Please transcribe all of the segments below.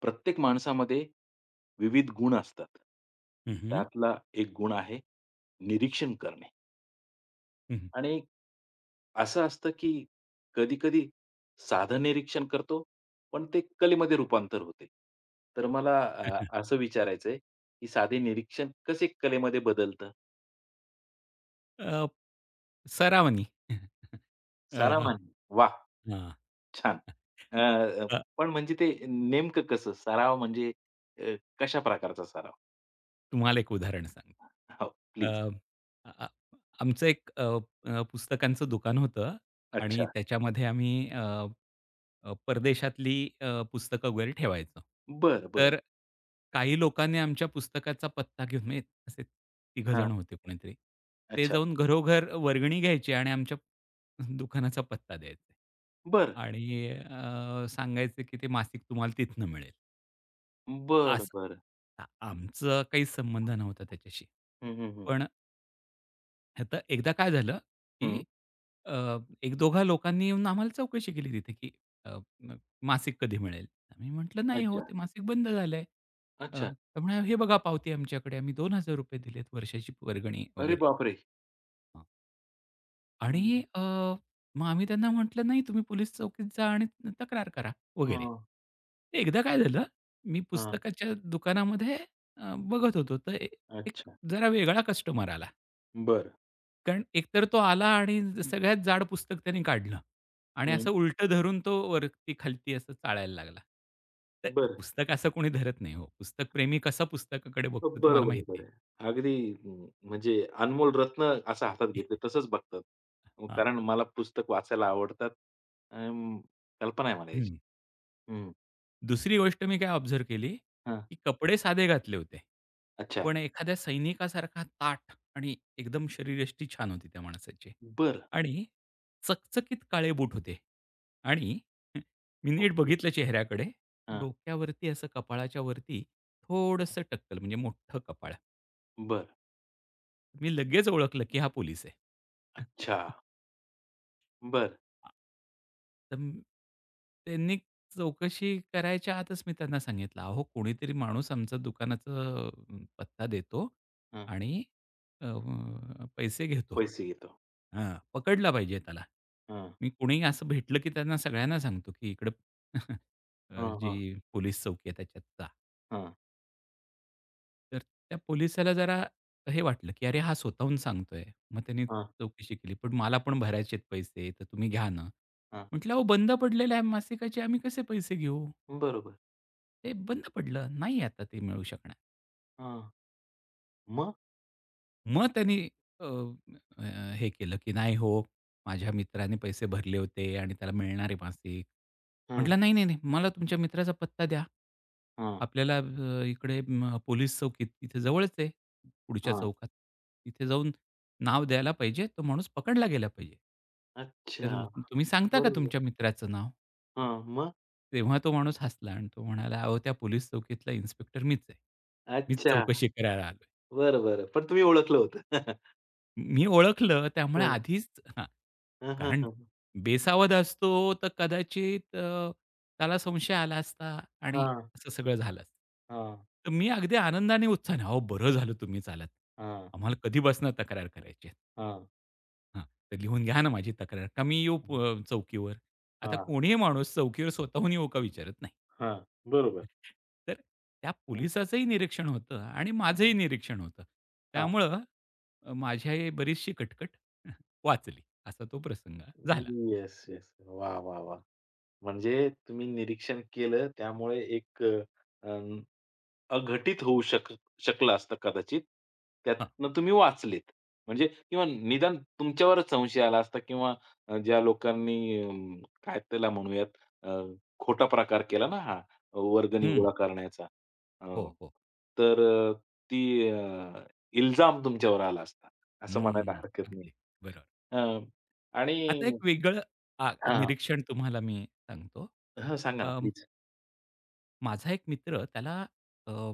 प्रत्येक माणसामध्ये विविध गुण असतात. हं, हं. त्यातला एक गुण आहे निरीक्षण करणे हं, हं. आणि असं असतं, की कधी-कधी साधं निरीक्षण करतो, पण ते कलेमध्ये रूपांतर होते. तर मला असं विचारायचं आहे, की साधे निरीक्षण कसे कलेमध्ये बदलतं? अ, सरावानी अ, सराव आणि वाह! हां. छान. अ, अ, अ, पण म्हणजे ते नेमकं कसं? सराव म्हणजे कशा प्रकारचा सराव? तुम्हाला एक उदाहरण सांगतो. हो, अ, प्लीज. आ आ आमचं एक अ, अ, पुस्तकांचं दुकान होतं आणि अच्छा. त्याच्यामध्ये आम्ही परदेशातली पुस्तकं वगैरे ठेवायचो. बरं, बरं. तर काही लोकांनी आमच्या पुस्तकाचा पत्ता घेऊन म्हणजे असे तिघजण होते कोणीतरी. ते अच्छा. जाऊन घरोघर वर्गणी घ्यायचे आणि आमच्या दुकानाचा पत्ता द्यायचे. बरं. आणि सांगायचे की ते मासिक तुम्हाला तिथनं मिळेल. बरं, असं. बरं. आमचा काही संबंध नव्हता त्याच्याशी. हं, हं, हं. पण आता एकदा काय झालं, की हं. एक दोघा लोकांनी येऊन आम्हाला चौकशी केली तिथे, की अ, म मासिक कधी मिळेल? आम्ही म्हटलं, "नाही हो, अच्छा, ते मासिक बंद झालंय." अच्छा. तर म्हणाले, "हे बघा पावती आमच्याकडे. आम्ही ₹2000 दिलेत वर्षाची वर्गणी अरे वगैरे." बापरे! हां. आणि हं. मग आम्ही त्यांना म्हटलं, "नाही, तुम्ही पोलीस चौकीत जा आणि तक्रार करा," वगैरे. हां, ते एकदा काय झालं, मी हां. पुस्तकाच्या दुकानामध्ये बघत होतो, तर एक अच्छा. जरा वेगळा कस्टमर आला. बरं. कारण एकतर तो आला आणि सगळ्यात जाड पुस्तक त्याने काढलं आणि हं. असं उलटं धरून तो वरती-खालती असं चाळायला लागला. तर बरं. पुस्तक असं कोणी धरत नाही हो. पुस्तक प्रेमी कसा पुस्तकाकडे बघतो ते बरोबर, मला माहीत नाही. बरोबर. अगदी म्हणजे अनमोल रत्न असं हातात घेतलं तसंच बघतात. अं, हां. कारण मला पुस्तक वाचायला आवडतात. अं, कल्पना आहे मला याची. हं. हं. दुसरी गोष्ट मी काय ऑब्झर्व्ह केली, हां. की कपडे साधे घातले होते. अच्छा. पण एखाद्या सैनिकासारखा ताठ आणि एकदम शरीरयष्टी छान होती त्या माणसाची. बरं. आणि चकचकीत काळे बूट होते आणि मी नीट ओके. बघितलं चेहऱ्याकडे, हां. डोक्यावरती असं कपाळाच्या वरती थोडंसं टक्कल म्हणजे मोठं कपाळ. बरं. मी लगेच ओळखलं की हा पोलीस आहे. अच्छा. बरं. आ तर त्यांनी चौकशी करायच्या आतच मी त्यांना सांगितलं, "अहो, कोणीतरी माणूस आमच्या दुकानाचा पत्ता देतो हं. आणि अ, पैसे घेतो. पैसे घेतो. हां, पकडला पाहिजे त्याला." हां. मी कोणीही असं भेटलं की त्यांना सगळ्यांना सांगतो की इकडं हां, जी हां. पोलीस चौकी आहे त्याच्यात जा. हां, तर त्या पोलिसाला जरा हे वाटलं, की "अरे, हा स्वतःहून सांगतोय." मग त्यांनी हां. चौकशी केली. "पण मला पण भरायचे आहेत पैसे, तर तुम्ही घ्या ना." म्हटलं, "अहो, बंद पडलेलं आहे मासिकाचे, आम्ही कसे पैसे घेऊ?" बरोबर. ते बंद पडलं. नाही आता ते मिळू शकणार. हां. मग? मग त्यांनी अ, अ, हे केलं की "नाही हो, माझ्या मित्राने पैसे भरले होते आणि त्याला मिळणार आहे मासिक." हां, म्हटलं, "नाही, नाही, नाही, मला तुमच्या मित्राचा पत्ता द्या. हां, आपल्याला इकडे पोलीस चौकीत इथे जवळच आहे, पुढच्या हां. चौकात. तिथे जाऊन नाव द्यायला पाहिजे, तो माणूस पकडला गेला पाहिजे. अच्छा. तर तुम्ही सांगता का बरोबर. तुमच्या मित्राचं नाव?" हां, मग? तेव्हा तो माणूस हसला आणि तो म्हणाला, "अहो, त्या पोलीस चौकीतला इन्स्पेक्टर मीच आहे. मीच अच्छा. चौकशी करायला आलोय." बरं, बरं. पण तुम्ही ओळखलं होतं. हं. मी ओळखलं त्यामुळे आधीच हं, हं, कारण हं, बेसावध असतो, तर कदाचित त्याला संशय आला असता आणि हां, असं सगळं झालं असतं. हां, तर मी अगदी आनंदाने, उत्साहाने, "अहो, बरं झालं तुम्हीच आलात. हां, आम्हाला कधीपासून तक्रार करायची आहे." हां, हां, तर लिहून घ्या ना माझी तक्रार. का मी येऊ हं, चौकीवर? आता हां, कोणीही माणूस चौकीवर स्वतःहून येऊ का विचारत नाही. हां. बरोबर. तर त्या हं, पोलिसाचंही निरीक्षण होतं आणि हं. माझंही निरीक्षण होतं. हां. त्यामुळं माझी बरीचशी कटकट वाचली. असा तो प्रसंग झाला. Yes, yes. वाह, वाह, वाह! म्हणजे तुम्ही निरीक्षण केलं त्यामुळे एक अ, अं अघटित होऊ शकलं असतं कदाचित. हां. त्यातनं तुम्ही वाचलेत. म्हणजे किंवा निदान तुमच्यावरच संशय आला असता किंवा ज्या लोकांनी काय त्याला म्हणूयात अ, खोटा प्रकार केला ना हा वर्गणी हं. गोळा करण्याचा. अ, हो, हो. तर ती इल्जाम तुमच्यावर आला असता. असं म्हणायला हं. हरकत नाही. अगदी. बरोबर. अ, आणि आता एक वेगळं हां. निरीक्षण तुम्हाला मी सांगतो. हां, सांगा ना अ, प्लीज. माझा एक मित्र त्याला अ,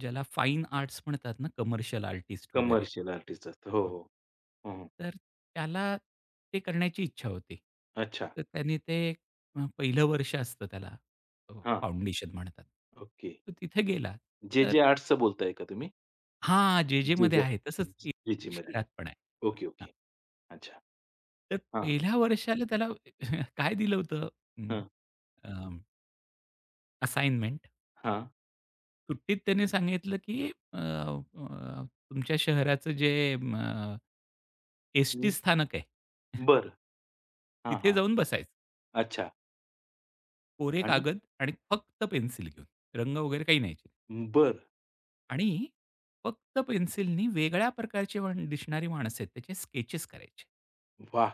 ज्याला फाईन आर्ट्स म्हणतात ना, कमर्शियल आर्टिस्ट वगैरे. कमर्शियल आर्टिस्ट असतं. हो, हां. हो. हं, हं. तर त्याला ते करण्याची इच्छा होती. अच्छा. तर त्याने ते पहिलं वर्ष असतं त्याला, हां. फाउंडेशन म्हणतात. ओके. तर तिथे गेला. तर जे-जे आर्ट्सचं बोलताय का तुम्ही? हां, जे, जे-जेमध्ये जे. आहे तसंच जीचीमध्ये. शहरात पण आहे. बरं, ओके, हां. ओके. अच्छा. तर हां, पहिल्या वर्षाला त्याला काय दिलं होतं अं, हां, अ, असाइनमेंट. हां. सुट्टीत त्याने सांगितलं, की अ, अ, तुमच्या शहराचं जे एस-टी हं. स्थानक आहे, बरं. हां, तिथे हां. जाऊन बसायचं. अच्छा कोरे आणि कागद आणि फक्त पेन्सिल घेऊन. रंग वगैरे काही न्यायचे नाही. बरं. आणि फक्त पेन्सिलनी वेगळ्या प्रकारची दिसणारी माणसं आहेत, त्याचे स्केचेस करायचे. वाह!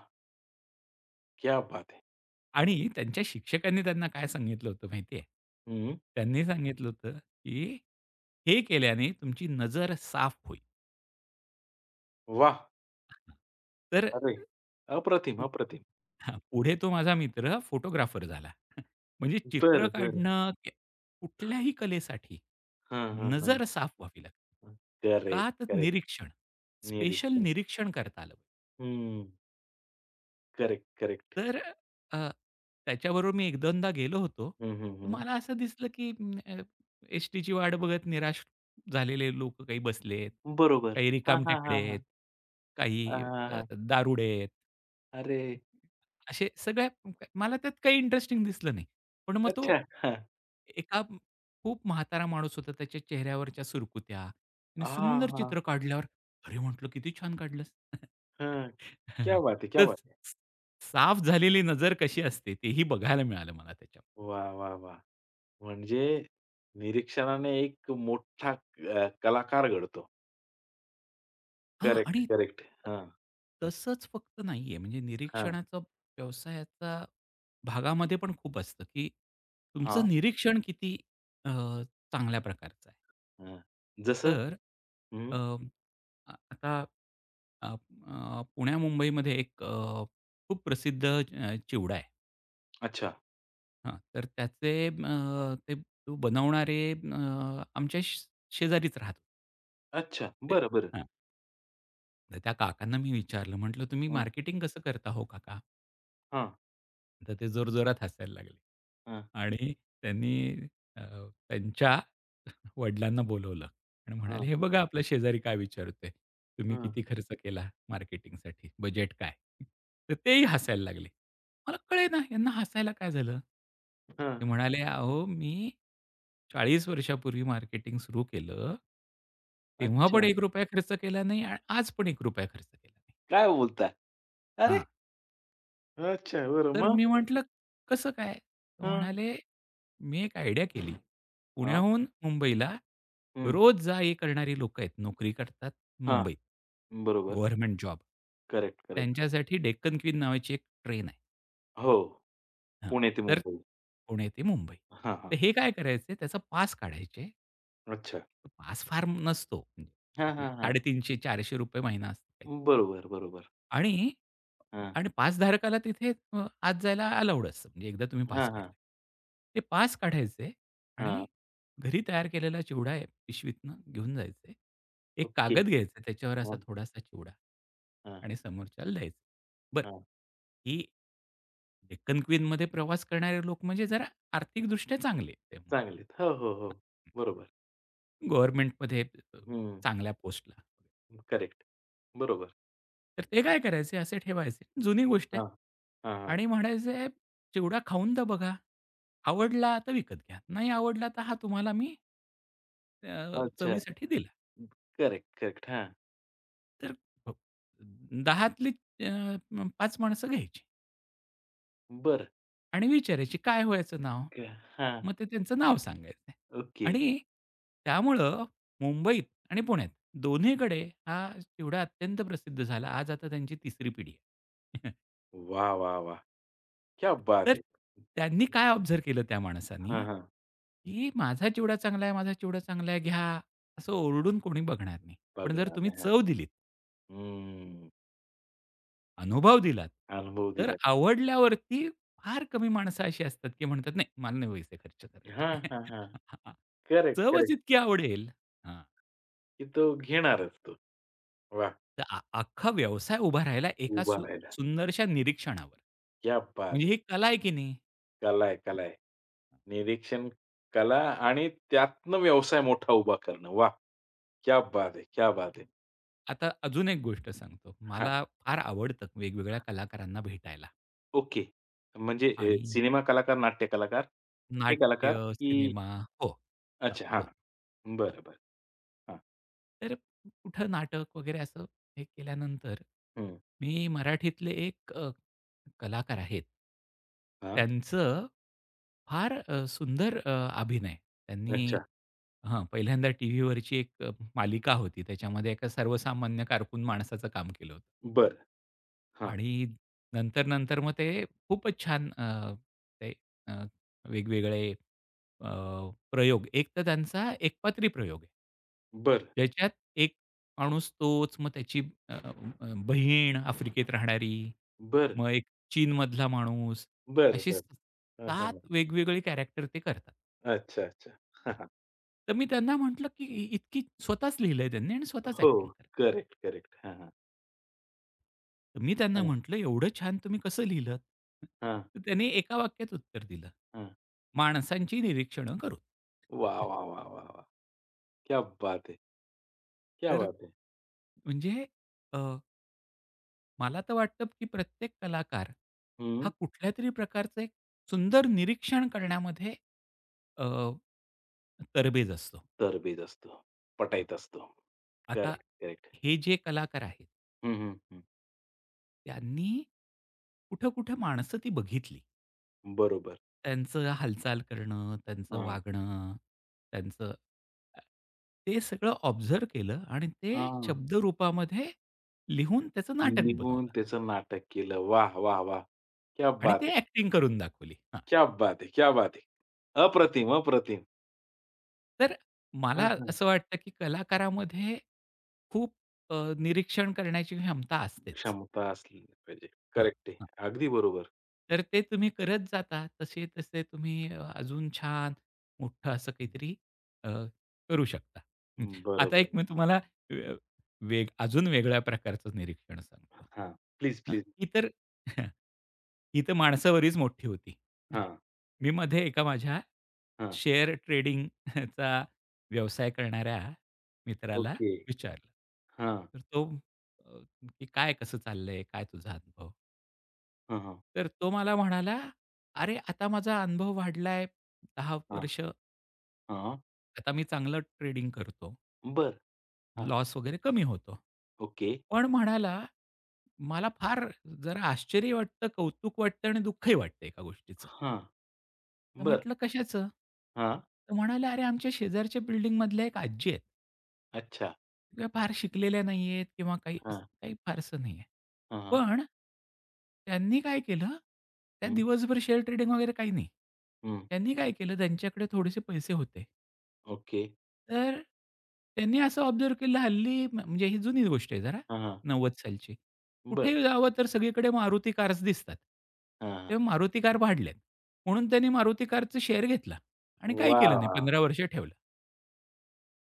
क्या बात है! आणि त्यांच्या शिक्षकांनी त्यांना काय सांगितलं होतं माहिती आहे? हं. त्यांनी सांगितलं होतं, की "हे केल्याने तुमची नजर साफ होईल." वाह! तर अरे, अप्रतिम, पु अप्रतिम. हां, पुढे तो माझा मित्र फोटोग्राफर झाला. म्हणजे चित्र बरं, बरं. काढणं कुठल्याही कलेसाठी हां, हां, हां, नजर साफ व्हावी लागते. हां. का? करेक्ट, तर करेक्ट. निरीक्षण, स्पेशल निरीक्षण. निरीक्षण करता आलं हं. Correct, correct. तर अ, त्याच्याबरोबर मी 1-2दा गेलो होतो. हं, हं, तर हं. मला असं दिसलं की अ, एस-टीची वाट बघत निराश झालेले लोकं काही बसलेत, बरोबर. काही हां, हां, रिकामटेकडे हां, आहेत, हां. काही हां, हां, हां. दारुडे आहेत. अरे! असे सगळ्या मला त्यात काही इंटरेस्टिंग दिसलं नाही. पण मग तो अच्छा. हां. एका खूप म्हातारा माणूस होता. त्याच्या चेहऱ्यावरच्या सुरकुत्या आणि हां, सुंदर हां. चित्र काढल्यावर, अरे म्हटलं, "किती छान काढलंस." हं. क्या बात है! क्या तर बात है! साफ झालेली नजर कशी असते तेही बघायला मिळालं मला त्याच्यामध्ये. वाह, वाह, वाह! म्हणजे निरीक्षणाने एक मोठा कलाकार घडतो. हां करेक्ट, आणि करेक्ट. हां, तसंच फक्त नाहीये म्हणजे हां, निरीक्षणाचा व्यवसायाचा भागामध्ये पण खूप असतं, की तुमचं हां, निरीक्षण किती अ, चांगल्या प्रकारचं आहे. हां. जसं? तर हं. अ, आ आता अ, अ, पुण्या-मुंबईमध्ये एक खूप प्रसिद्ध चिवडा आहे. अच्छा, हां, तर त्याचे ते तो बनवणारे आमच्या शेजारीच राहत अच्छा. ते बरं, बरं. तर त्या काकांना मी विचारलं, म्हटलं, "तुम्ही हं. मार्केटिंग कसं करता हो काका?" हां, तर ते जोरजोरात हसायला लागले हां, आणि त्यांनी अ, त्यांच्या वडिलांना बोलवलं आणि म्हणाले, हां, "हे बघा आपला शेजारी काय विचारतोय, तुम्ही हां, किती खर्च केला मार्केटिंगसाठी? बजेट काय?" तर तेही हसायला लागले. मला कळेना यांना हसायला काय झालं? हां. ते म्हणाले, "अहो, मी 40 वर्षापूर्वी मार्केटिंग सुरू केलं. तेव्हा पण अच्छा. ₹1 खर्च केला नाही आणि आज पण ₹1 खर्च केला नाही." काय बोलता? अरे! अच्छा. बरं. तर मग? मी म्हटलं, "कसं काय?" तर हां. म्हणाले, "मी एक आयडिया केली. हां. पुण्याहून मुंबईला हं. रोज जा-ये करणारी लोकं आहेत. नोकरी करतात हां. मुंबईत. बरोबर. Government job. Correct, correct. त्यांच्यासाठी डेक्कन क्वीन नावाची एक ट्रेन आहे. हो. हां, पुणे ते तर मुंबई. पुणे ते मुंबई. हां, हां. तर हे काय करायचे त्याचा पास काढायचे. अच्छा. तो पास फार नसतो. म्हणजे हां, हां, हां. काहीतरी ₹350-400 महिना असतो. काही. बरोबर, बरोबर. आणि हां. आणि पास पासधारकाला तिथे आत जायला अलाउड असतं. म्हणजे एकदा तुम्ही पास हां, हां. काढला. ते पास काढायचे आणि हां. घरी तयार केलेला चिवडा पिशवीतनं घेऊन जायचे. एक ओके. कागद घ्यायचा त्याच्यावर असा हां, थोडासा चिवडा हां, आणि समोरच्याला द्यायचा. बरं हां. ही डेक्कन क्वीनमध्ये प्रवास करणारे लोक म्हणजे जरा आर्थिकदृष्ट्या चांगले तेव्हा. चांगलेत. हो, हो, हो. बरोबर. गव्हर्नमेंटमध्ये अ, हं. चांगल्या पोस्टला. करेक्ट. बरोबर. तर ते काय करायचे असे ठेवायचे. जुनी गोष्ट आहे हां. हां, हां. आणि म्हणायचे, "चिवडा खाऊन तर बघा." आवडला तर विकत घ्या. नाही आवडला तर हा तुम्हाला मी अच्छा. चवीसाठी दिला. Correct, correct. हां. तर हो, 10तली अ, 5 माणसं घ्यायची बरं. आणि विचारायची, "काय हो याचं नाव?" क हां. मग ते त्यांचं नाव सांगायचं ओके. आणि त्यामुळं मुंबईत आणि पुण्यात दोन्हीकडे हा चिवडा अत्यंत प्रसिद्ध झाला. आज आता त्यांची 3री पिढी आहे. वाह, वाह, वाह! क्या तर बात है! त्यांनी काय ऑब्झर्व्ह केलं त्या माणसानी, हां, हां. की माझा चिवडा चांगला आहे, माझा चिवडा चांगला आहे, घ्या. असं ओरडून कोणी बघणार नाही. पण जर पगडा तुम्ही हां. चव दिलीत हम्म. अनुभव दिलात, अनुभव तर दिला. आवडल्यावरती फार कमी माणसं अशी असतात, की म्हणतात, "नाही, मला नाही पैसे खर्च करायचे." हां, हां, हां. हां. करेक्ट, चवच करेक्ट. इतकी आवडेल हां, की तो घेणारच तो. वाह! तर अख्खा व्यवसाय उभा राहिला एका उभा राहिला. सुंदरशा निरीक्षणावर. क्या म्हणजे बात है! ही कला आहे की नाही. कला आहे, कला आहे. निरीक्षण कला आणि त्यातनं व्यवसाय मोठा उभा करणं. वाह! क्या बात है! क्या बात है! आता अजून एक गोष्ट सांगतो. मला फार आवडतं वेगवेगळ्या कलाकारांना भेटायला ओके. म्हणजे आणि सिनेमा कलाकार, नाट्य कलाकार, ते नाट्य, कलाकार की सिनेमा हो. अच्छा हां. हो. बरं, बरं. हां. तर कुठं नाटक वगैरे असं हे केल्यानंतर, हं. मी मराठीतले एक कलाकार आहेत. हां. त्यांचं फार सुंदर अभिनय. त्यांनी अच्छा. हां, पहिल्यांदा टीव्हीवरची एक मालिका होती. त्याच्यामध्ये एका सर्वसामान्य कारकून माणसाचं काम केलं होतं. बरं. हां. आणि नंतर, नंतर मग ते खूपच छान ते अ, वेगवेगळे अ, प्रयोग. एक तर त्यांचा एकपात्री प्रयोग आहे. बरं, ज्याच्यात एक माणूस तोच, मग त्याची अ, अ, बहीण आफ्रिकेत राहणारी, बरं, मग एक चीनमधला माणूस, बरं, अशी बरं. हां, 7 हां. वेगवेगळे कॅरेक्टर ते करतात. अच्छा, अच्छा. हां, हां. हां. तर मी त्यांना म्हटलं, की इतकी स्वतःच लिहिलंय त्यांनी आणि स्वतःच हो. Acting correct, correct. हां, हां. तर मी त्यांना हां, म्हटलं, "एवढं छान तुम्ही कसं लिहिलत?" हां, तर त्यांनी एका वाक्यात उत्तर दिलं, हां. "माणसांची निरीक्षणं करून." वाह, वाह, वाह, वाह, वाह! क्या बात है! क्या तर बात है! म्हणजे अ, मला तर वाटतं, की प्रत्येक कलाकार हा हं. कुठल्यातरी प्रकारचं एक सुंदर निरीक्षण करण्यामध्ये अ, तरबेज असतो. तरबेज असतो, हां. पटाईत असतो. आता करेक्ट, करेक्ट. हे जे कलाकार आहेत, हं, हं, हं. त्यांनी कुठं-कुठं माणसं ती बघितली. बरोबर. त्यांचं हालचाल करणं, त्यांचं हां. वागणं, त्यांचं अ, ते सगळं ऑब्झर्व्ह केलं आणि ते हां. शब्दरूपामध्ये लिहून त्याचं नाटक निघून बनवलं त्याचं नाटक केलं. वाह! वाह! वाह! क्या आणि बात ते है! ॲक्टिंग करून दाखवली. हां, क्या बात है! क्या बात है! अप्रतिम, अप्रतिम. तर हां, मला हां. असं वाटतं, की कलाकारामध्ये खूप निरीक्षण करण्याची क्षमता असतेच. क्षमता असली पाहिजे. हां. करेक्ट आहे. अगदी बरोबर. तर ते तुम्ही करत जाता, तसे-तसे तुम्ही अजून छान मोठं असं काहीतरी अ, करू शकता. हं. हम्म. आता बरोबर. एक मी तुम्हाला अ, वेग अजून वेगळ्या प्रकारचं निरीक्षण सांगतो. हां. प्लीज, हं, प्लीज. ही तर ही तर माणसावरीच मोठी होती. हं. हां, मी मध्ये एका माझ्या हां. शेअर ट्रेडिंग चा व्यवसाय करणाऱ्या मित्राला ओके. विचारलं. हां, तर तो अ, "की काय कसं चाललंय? काय तुझा अनुभव?" हां, हां, तर तो मला म्हणाला, "अरे, आता माझा अनुभव वाढलाय 10 हां, वर्ष. हां. आता मी चांगलं ट्रेडिंग करतो. बरं. हां. लॉस वगैरे कमी होतो." ओके. पण म्हणाला, "मला फार जरा आश्चर्य वाटतं, कौतुक वाटतं आणि दुःखही वाटतं एका गोष्टीचं." हां. तर बरं. म्हटलं, "कशाचं?" हां. तर म्हणाला, "अरे, आमच्या शेजारच्या बिल्डिंगमधल्या एक आजी आहेत." अच्छा. त्या फार शिकलेल्या नाहीयेत किंवा काही असं हां, काही फारसं नाहीये. हां, हां. पण त्यांनी काय केलं, त्या हं, दिवसभर शेअर ट्रेडिंग वगैरे काही नाही. हं. त्यांनी काय केलं, त्यांच्याकडे थोडेसे पैसे होते. ओके. तर त्यांनी असं ऑब्झर्व्ह केलं हल्ली म्हणजे ही जुनी गोष्ट आहे जरा हां, हां. 90 सालची. बरं. कुठेही जावं तर सगळीकडे मारुती कार्स दिसतात. हां, हां. तेव्हा मारुती कार वाढल्यात. म्हणून त्यांनी मारुती कारचे शेअर घेतला आणि काही केलं नाही वाह! 15 वर्ष ठेवला.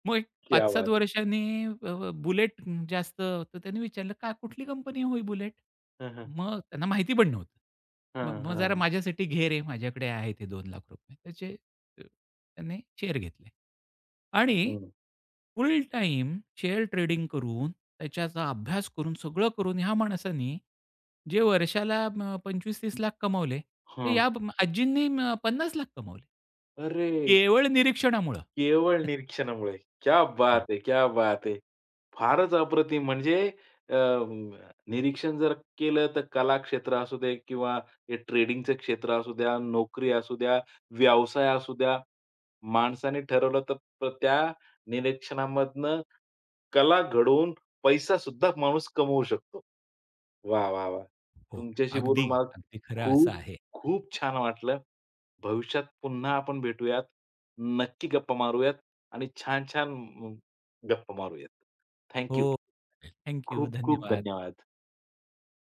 मग एक क्या 5-7 बात है! वर्षांनी बुलेट जास्त तर त्यांनी विचारलं, "का कुठली कंपनी आहे हो बुलेट?" हां, हां. मग त्यांना माहिती पण नव्हतं. मग हां, मग जरा हां. माझ्यासाठी "घे रे, माझ्याकडे आहे ते ₹2,00,000" त्याचे त्यांनी शेअर घेतले आणि हं. फुल टाईम शेअर ट्रेडिंग करून, त्याच्याचा अभ्यास करून, सगळं करून ह्या माणसानी जे वर्षाला 25-30 लाख कमावले, ते हां. या आजींनी 50 लाख कमावले. अरे! केवळ निरीक्षणामुळं. केवळ निरीक्षणामुळे. क्या बात है! क्या बात है! फारच अप्रतिम म्हणजे अ, निरीक्षण जर केलं तर कला क्षेत्र असू दे किंवा हे ट्रेडिंगचं क्षेत्र असू द्या, नोकरी असू द्या, व्यवसाय असू द्या, माणसाने ठरवलं तर तर त्या निरीक्षणामधनं कला घडवून पैसा सुद्धा माणूस कमवू शकतो. वाह, वाह, वाह! हो, तुमच्याशी अगदी, बोलून मला अगदी खरं असं खूप, आहे. खूप छान वाटलं. भविष्यात पुन्हा आपण भेटूयात. नक्की गप्पा मारूयात आणि छान-छान अ, गप्पा मारूयात. थँक हो, यू. चालेल. यू. खूप-खूप धन्यवाद. धन्यवाद.